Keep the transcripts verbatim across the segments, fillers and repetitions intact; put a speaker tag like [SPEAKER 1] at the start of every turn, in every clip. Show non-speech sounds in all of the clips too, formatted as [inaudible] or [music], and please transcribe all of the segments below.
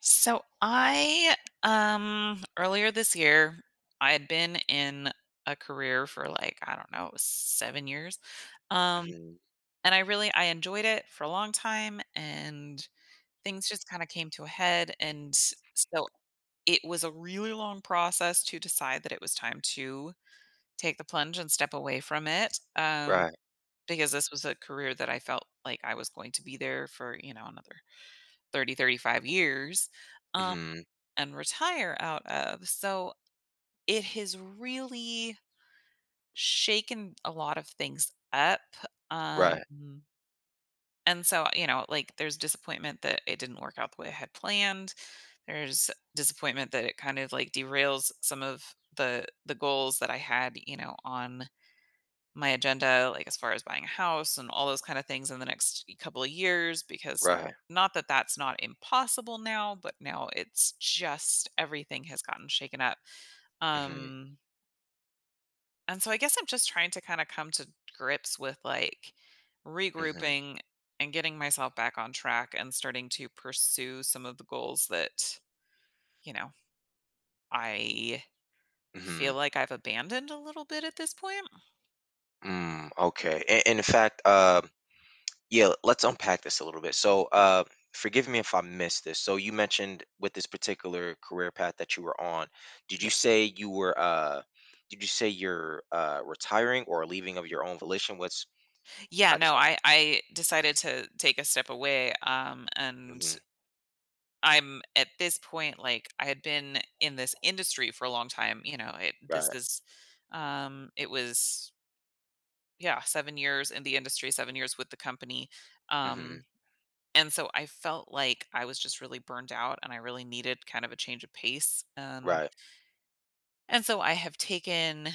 [SPEAKER 1] So I um earlier this year I had been in a career for like I don't know, it was seven years. Um
[SPEAKER 2] Mhm.
[SPEAKER 1] and I really I enjoyed it for a long time, and things just kind of came to a head. And so it was a really long process to decide that it was time to take the plunge and step away from it um,
[SPEAKER 2] Right.
[SPEAKER 1] because this was a career that I felt like I was going to be there for you know another thirty, thirty-five years um,
[SPEAKER 2] Mhm.
[SPEAKER 1] and retire out of. So it has really shaken a lot of things up. Um,
[SPEAKER 2] Right.
[SPEAKER 1] and so, you know, like, there's disappointment that it didn't work out the way I had planned. There's disappointment that it kind of like derails some of the the goals that I had, you know, on my agenda, like as far as buying a house and all those kind of things in the next couple of years. Because
[SPEAKER 2] Right.
[SPEAKER 1] not that that's not impossible now, but now it's just everything has gotten shaken up.
[SPEAKER 2] Mhm.
[SPEAKER 1] Um, and so I guess I'm just trying to kind of come to grips with, like,
[SPEAKER 2] Mhm.
[SPEAKER 1] regrouping and getting myself back on track and starting to pursue some of the goals that, you know, I feel
[SPEAKER 2] Mhm.
[SPEAKER 1] like I've abandoned a little bit at this point.
[SPEAKER 2] Mm, okay. And, and in fact, uh, yeah, let's unpack this a little bit. So, uh, forgive me if I missed this. So, you mentioned with this particular career path that you were on, did you
[SPEAKER 1] Yes.
[SPEAKER 2] say you were, uh, did you say you're uh, retiring or leaving of your own volition? What's,
[SPEAKER 1] Yeah,
[SPEAKER 2] I just
[SPEAKER 1] no,
[SPEAKER 2] want.
[SPEAKER 1] I I decided to take a step away um and
[SPEAKER 2] Hmm.
[SPEAKER 1] I'm at this point, like, I had been in this industry for a long time, you know, it
[SPEAKER 2] Right.
[SPEAKER 1] this is um it was, yeah, seven years in the industry, seven years with the company.
[SPEAKER 2] Hmm.
[SPEAKER 1] Um, and so I felt like I was just really burned out and I really needed kind of a change of pace. Um,
[SPEAKER 2] Right.
[SPEAKER 1] and so I have taken,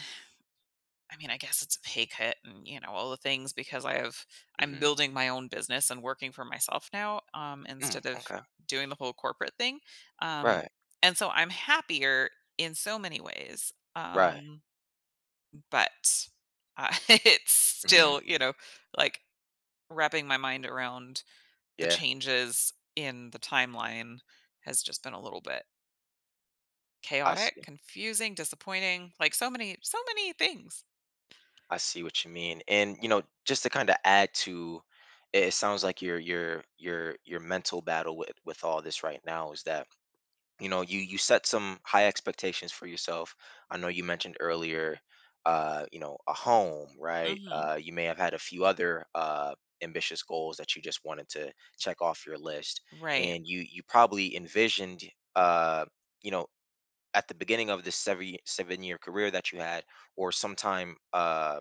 [SPEAKER 1] I mean, I guess it's a pay cut and, you know, all the things. Because I have, I'm
[SPEAKER 2] Hmm.
[SPEAKER 1] building my own business and working for myself now um,
[SPEAKER 2] Mm,
[SPEAKER 1] instead of
[SPEAKER 2] okay.
[SPEAKER 1] doing the whole corporate thing. Um,
[SPEAKER 2] Right.
[SPEAKER 1] and so I'm happier in so many ways.
[SPEAKER 2] Right.
[SPEAKER 1] Um, but uh, [laughs] it's
[SPEAKER 2] Hmm.
[SPEAKER 1] still, you know, like, wrapping my mind around the
[SPEAKER 2] Yeah.
[SPEAKER 1] changes in the timeline has just been a little bit
[SPEAKER 2] I
[SPEAKER 1] chaotic,
[SPEAKER 2] see.
[SPEAKER 1] confusing, disappointing, like so many so many things.
[SPEAKER 2] I see what you mean. And, you know, just to kind of add to it, it sounds like your your your your mental battle with with all this right now is that, you know, you you set some high expectations for yourself. I know you mentioned earlier uh, you know, a home, right?
[SPEAKER 1] Mhm.
[SPEAKER 2] Uh you may have had a few other uh ambitious goals that you just wanted to check off your list,
[SPEAKER 1] Right.
[SPEAKER 2] and you you probably envisioned uh you know at the beginning of this seven seven year career that you had, or sometime uh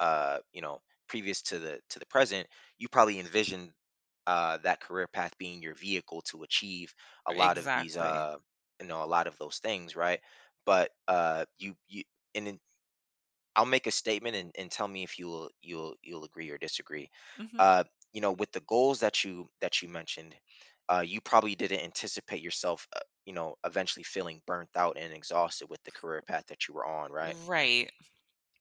[SPEAKER 2] uh, you know, previous to the to the present, you probably envisioned uh, that career path being your vehicle to achieve a lot of these,
[SPEAKER 1] Exactly.
[SPEAKER 2] uh, you know, a lot of those things, right? But, uh, you you and then I'll make a statement, and, and tell me if you'll you'll you'll agree or disagree.
[SPEAKER 1] Mhm.
[SPEAKER 2] Uh, you know, with the goals that you that you mentioned, uh, you probably didn't anticipate yourself, uh, you know, eventually feeling burnt out and exhausted with the career path that you were on, right?
[SPEAKER 1] Right.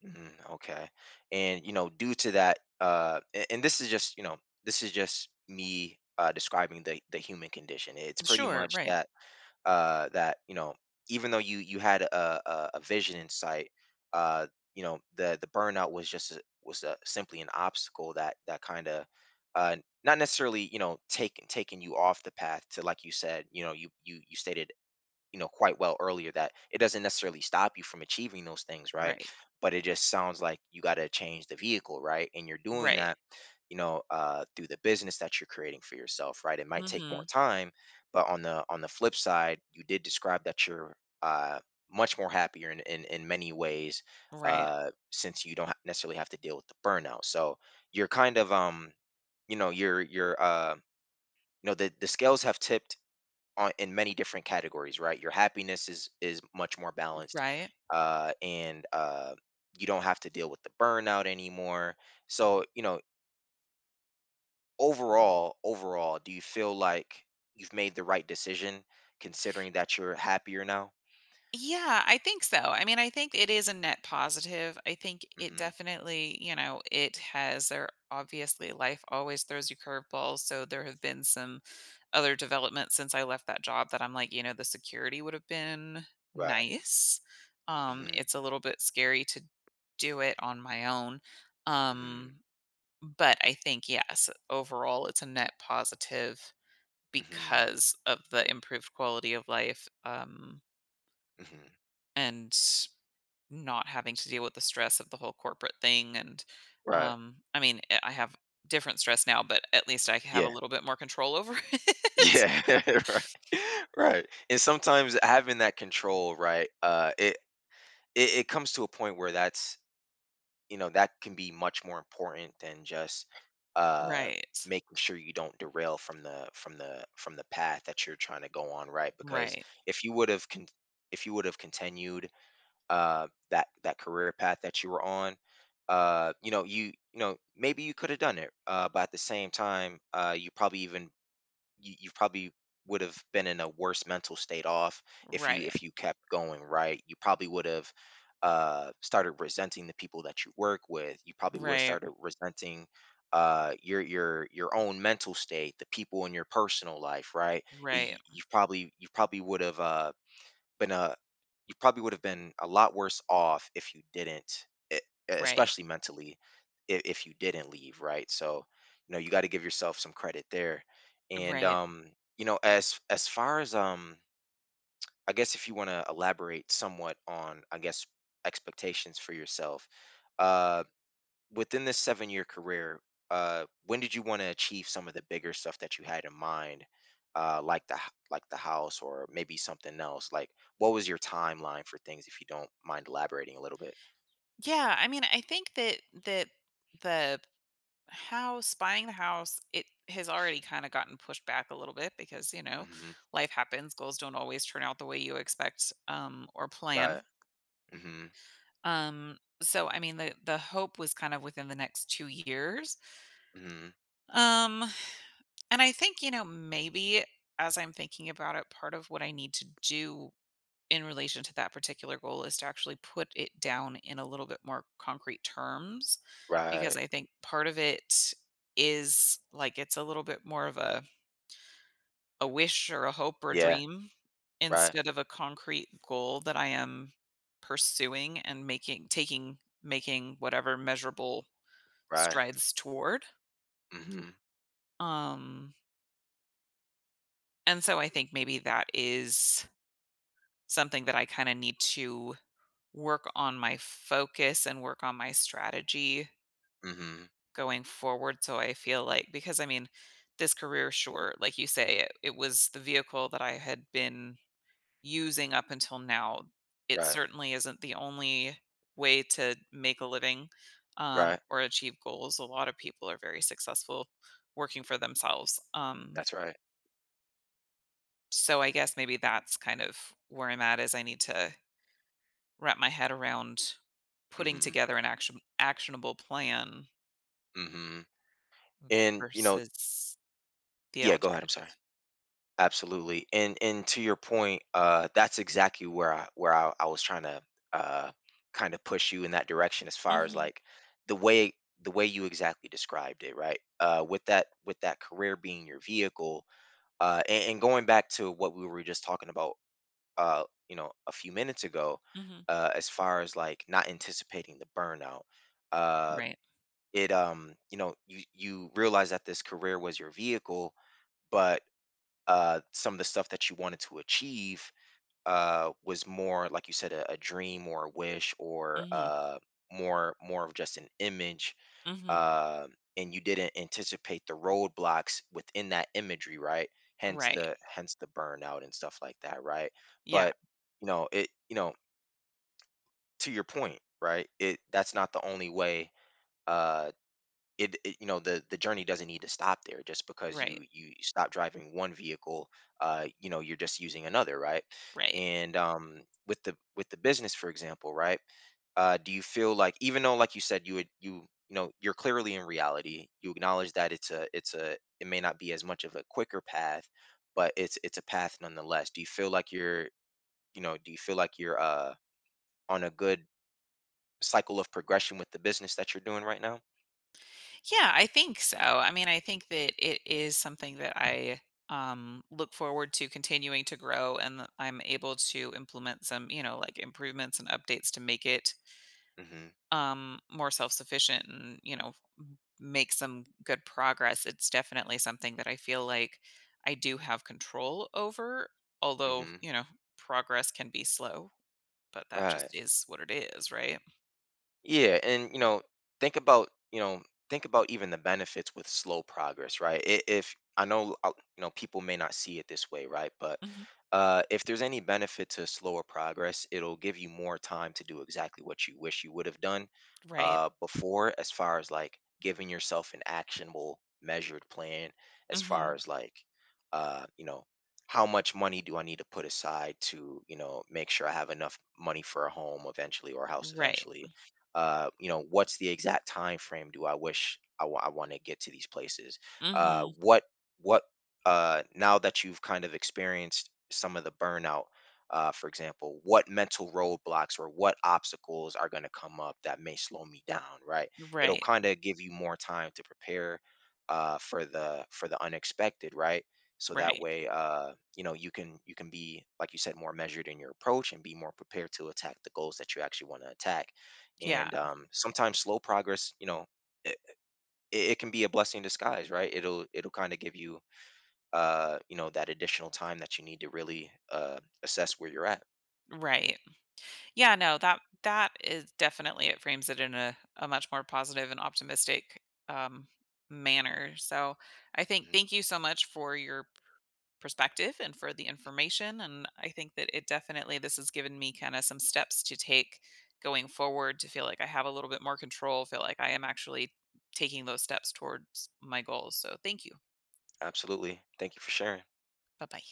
[SPEAKER 2] Mm, okay. And, you know, due to that, uh, and, and this is just, you know, this is just me uh, describing the the human condition. It's pretty
[SPEAKER 1] Sure,
[SPEAKER 2] much
[SPEAKER 1] right.
[SPEAKER 2] that uh, that you know, even though you you had a a, a vision in sight, uh, you know, the the burnout was just a, was a, simply an obstacle that that kind of, uh, not necessarily, you know taking taking you off the path. To like you said, you know you, you you stated, you know quite well earlier, that it doesn't necessarily stop you from achieving those things, right?
[SPEAKER 1] Right.
[SPEAKER 2] But it just sounds like you got to change the vehicle, right? And you're doing
[SPEAKER 1] Right.
[SPEAKER 2] that, you know uh through the business that you're creating for yourself, right? It might take more
[SPEAKER 1] Mhm.
[SPEAKER 2] time, but on the on the flip side, you did describe that you're, uh much more happier in in, in many ways,
[SPEAKER 1] Right.
[SPEAKER 2] uh since you don't ha- necessarily have to deal with the burnout. So you're kind of, um you know you're, you're uh you know the the scales have tipped on, in many different categories, right? Your happiness is is much more balanced,
[SPEAKER 1] Right.
[SPEAKER 2] uh, and, uh, you don't have to deal with the burnout anymore. So, you know, overall, overall, do you feel like you've made the right decision considering that you're happier now?
[SPEAKER 1] Yeah, I think so. I mean, I think it is a net positive. I think it
[SPEAKER 2] Mm-hmm.
[SPEAKER 1] definitely, you know, it has, there obviously life always throws you curveballs, so there have been some other development since I left that job that I'm like, you know, the security would have been
[SPEAKER 2] Right.
[SPEAKER 1] nice. Um,
[SPEAKER 2] Mm-hmm.
[SPEAKER 1] it's a little bit scary to do it on my own.
[SPEAKER 2] Mm-hmm.
[SPEAKER 1] Um, but I think, yes, overall, it's a net positive
[SPEAKER 2] Mm-hmm.
[SPEAKER 1] because of the improved quality of life, um,
[SPEAKER 2] Mm-hmm.
[SPEAKER 1] and not having to deal with the stress of the whole corporate thing. And
[SPEAKER 2] Right.
[SPEAKER 1] um, I mean, I I have different stress now, but at least I have a
[SPEAKER 2] Yeah.
[SPEAKER 1] little bit more control over [laughs] it.
[SPEAKER 2] Yeah. [laughs] Right. [laughs] Right. And sometimes having that control, right? Uh, it, it it comes to a point where that's, you know that can be much more important than just, uh
[SPEAKER 1] Right.
[SPEAKER 2] making sure you don't derail from the from the from the path that you're trying to go on, right? Because
[SPEAKER 1] Right.
[SPEAKER 2] if you would have con- if you would have continued uh that that career path that you were on, uh you know you you know maybe you could have done it, uh but at the same time, uh you probably even you, you probably would have been in a worse mental state off if you
[SPEAKER 1] Right.
[SPEAKER 2] if you kept going, right? You probably would have, uh started resenting the people that you work with. You probably would have
[SPEAKER 1] Right.
[SPEAKER 2] started resenting, uh your your your own mental state, the people in your personal life, right? you,
[SPEAKER 1] Right.
[SPEAKER 2] you probably you probably would have uh been a you probably would have been a lot worse off if you didn't, e- e,
[SPEAKER 1] Right.
[SPEAKER 2] especially mentally, if, if you didn't leave, right? So, you know, you got to give yourself some credit there. And,
[SPEAKER 1] Right.
[SPEAKER 2] um, you know, as as far as, um, I guess if you want to elaborate somewhat on, I guess, expectations for yourself, uh, within this seven year career, uh, when did you want to achieve some of the bigger stuff that you had in mind, uh, like the h- like the house, or maybe something else? Like, what was your timeline for things? If you don't mind elaborating a little bit.
[SPEAKER 1] Yeah, I mean, I think that that the house, buying the house, it has already kind of gotten pushed back a little bit because, you know,
[SPEAKER 2] Hmm.
[SPEAKER 1] life happens. Goals don't always turn out the way you expect um or
[SPEAKER 2] Right.
[SPEAKER 1] plan.
[SPEAKER 2] Hmm.
[SPEAKER 1] Um so I mean, the the hope was kind of within the next two years.
[SPEAKER 2] Hmm.
[SPEAKER 1] Um and I think, you know, maybe as I'm thinking about it, part of what I need to do in relation to that particular goal is to actually put it down in a little bit more concrete terms. Because
[SPEAKER 2] Right.
[SPEAKER 1] I think part of it is, like, it's a little bit more of a a wish or a hope or a
[SPEAKER 2] Yeah.
[SPEAKER 1] dream
[SPEAKER 2] Right.
[SPEAKER 1] instead of a concrete goal that I am pursuing and making taking making whatever measurable
[SPEAKER 2] Right.
[SPEAKER 1] strides toward.
[SPEAKER 2] Hmm.
[SPEAKER 1] Um and so I think maybe that is something that I kind of need to work on, my focus and work on my strategy
[SPEAKER 2] Hmm.
[SPEAKER 1] going forward. So I feel like, because I mean, this career, sure, like you say, it, it was the vehicle that I had been using up until now. It
[SPEAKER 2] Right.
[SPEAKER 1] certainly isn't the only way to make a living, um,
[SPEAKER 2] Right.
[SPEAKER 1] or achieve goals. A lot of people are very successful working for themselves. Um,
[SPEAKER 2] That's right.
[SPEAKER 1] so I guess maybe that's kind of where I'm at. Is I need to wrap my head around putting
[SPEAKER 2] Hmm.
[SPEAKER 1] together an action actionable plan
[SPEAKER 2] Hmm. And, you know,
[SPEAKER 1] versus the
[SPEAKER 2] yeah. Go ahead. I'm sorry.
[SPEAKER 1] alternative.
[SPEAKER 2] Absolutely. And and to your point, uh, that's exactly where I where I, I was trying to, uh, kind of push you in that direction, as far as
[SPEAKER 1] Mm-hmm.
[SPEAKER 2] like the way the way you exactly described it, right? Uh, with that with that career being your vehicle, uh, and, and going back to what we were just talking about, uh, you know, a few minutes ago,
[SPEAKER 1] Mhm.
[SPEAKER 2] uh, as far as like not anticipating the burnout, uh,
[SPEAKER 1] Right.
[SPEAKER 2] it um, you know, you you realize that this career was your vehicle, but, uh, some of the stuff that you wanted to achieve, uh, was more, like you said, a, a dream or a wish, or
[SPEAKER 1] Mhm.
[SPEAKER 2] uh, more more of just an image,
[SPEAKER 1] Mhm.
[SPEAKER 2] uh, and you didn't anticipate the roadblocks within that imagery, right? Hence
[SPEAKER 1] Right.
[SPEAKER 2] the hence the burnout and stuff like that, right?
[SPEAKER 1] Yeah.
[SPEAKER 2] But, you know it, you know to your point, right? It that's not the only way. Uh, it, it- you know the the journey doesn't need to stop there, just because
[SPEAKER 1] Right.
[SPEAKER 2] you you stop driving one vehicle, uh you know you're just using another, right?
[SPEAKER 1] Right.
[SPEAKER 2] And, um with the with the business, for example, right? uh do you feel like, even though, like you said, you would, you you know you're clearly in reality, you acknowledge that it's a it's a it may not be as much of a quicker path, but it's it's a path nonetheless. Do you feel like you're you know do you feel like you're uh on a good cycle of progression with the business that you're doing right now?
[SPEAKER 1] Yeah, I think so. I mean, I think that it is something that I um look forward to continuing to grow, and that I'm able to implement some, you know, like, improvements and updates to make it
[SPEAKER 2] Mm, mhm.
[SPEAKER 1] um more self-sufficient and, you know, m- make some good progress. It's definitely something that I feel like I do have control over,
[SPEAKER 2] Mm,
[SPEAKER 1] although,
[SPEAKER 2] mhm.
[SPEAKER 1] you know, progress can be slow, but that
[SPEAKER 2] Right.
[SPEAKER 1] just is what it is, right?
[SPEAKER 2] Yeah. And, you know, think about you know, think about even the benefits with slow progress, right? I- If I know, uh, you know, people may not see it this way, right? But,
[SPEAKER 1] Mhm.
[SPEAKER 2] uh, if there's any benefit to slower progress, it'll give you more time to do exactly what you wish you would have done,
[SPEAKER 1] Right.
[SPEAKER 2] uh, before, as far as like giving yourself an actionable, measured plan. As far
[SPEAKER 1] Mhm.
[SPEAKER 2] as like, uh, you know, how much money do I need to put aside to, you know, make sure I have enough money for a home eventually, or a house
[SPEAKER 1] Right.
[SPEAKER 2] eventually? Uh, you know, what's the exact time frame, do I wish, I want to get to these places? Uh,
[SPEAKER 1] Mhm.
[SPEAKER 2] what what, uh, now that you've kind of experienced some of the burnout, uh, for example, what mental roadblocks or what obstacles are going to come up that may slow me down? Right, it'll
[SPEAKER 1] Right.
[SPEAKER 2] kind of give you more time to prepare, uh, for the for the unexpected, right? So that
[SPEAKER 1] Right.
[SPEAKER 2] way, uh, you know, you can you can be, like you said, more measured in your approach, and be more prepared to attack the goals that you actually want to attack.
[SPEAKER 1] Yeah.
[SPEAKER 2] And, um, sometimes slow progress, you know it, it it can be a blessing in disguise, right? it'll it'll kind of give you, uh you know that additional time that you need to really, uh assess where you're at.
[SPEAKER 1] Right. Yeah, no, that that is definitely, it frames it in a, a much more positive and optimistic um manner. So I think,
[SPEAKER 2] Mhm.
[SPEAKER 1] thank you so much for your perspective and for the information. And I think that it definitely this has given me kind of some steps to take going forward, to feel like I have a little bit more control, feel like I am actually taking those steps towards my goals. So thank you.
[SPEAKER 2] Absolutely, thank you for sharing.
[SPEAKER 1] Bye bye.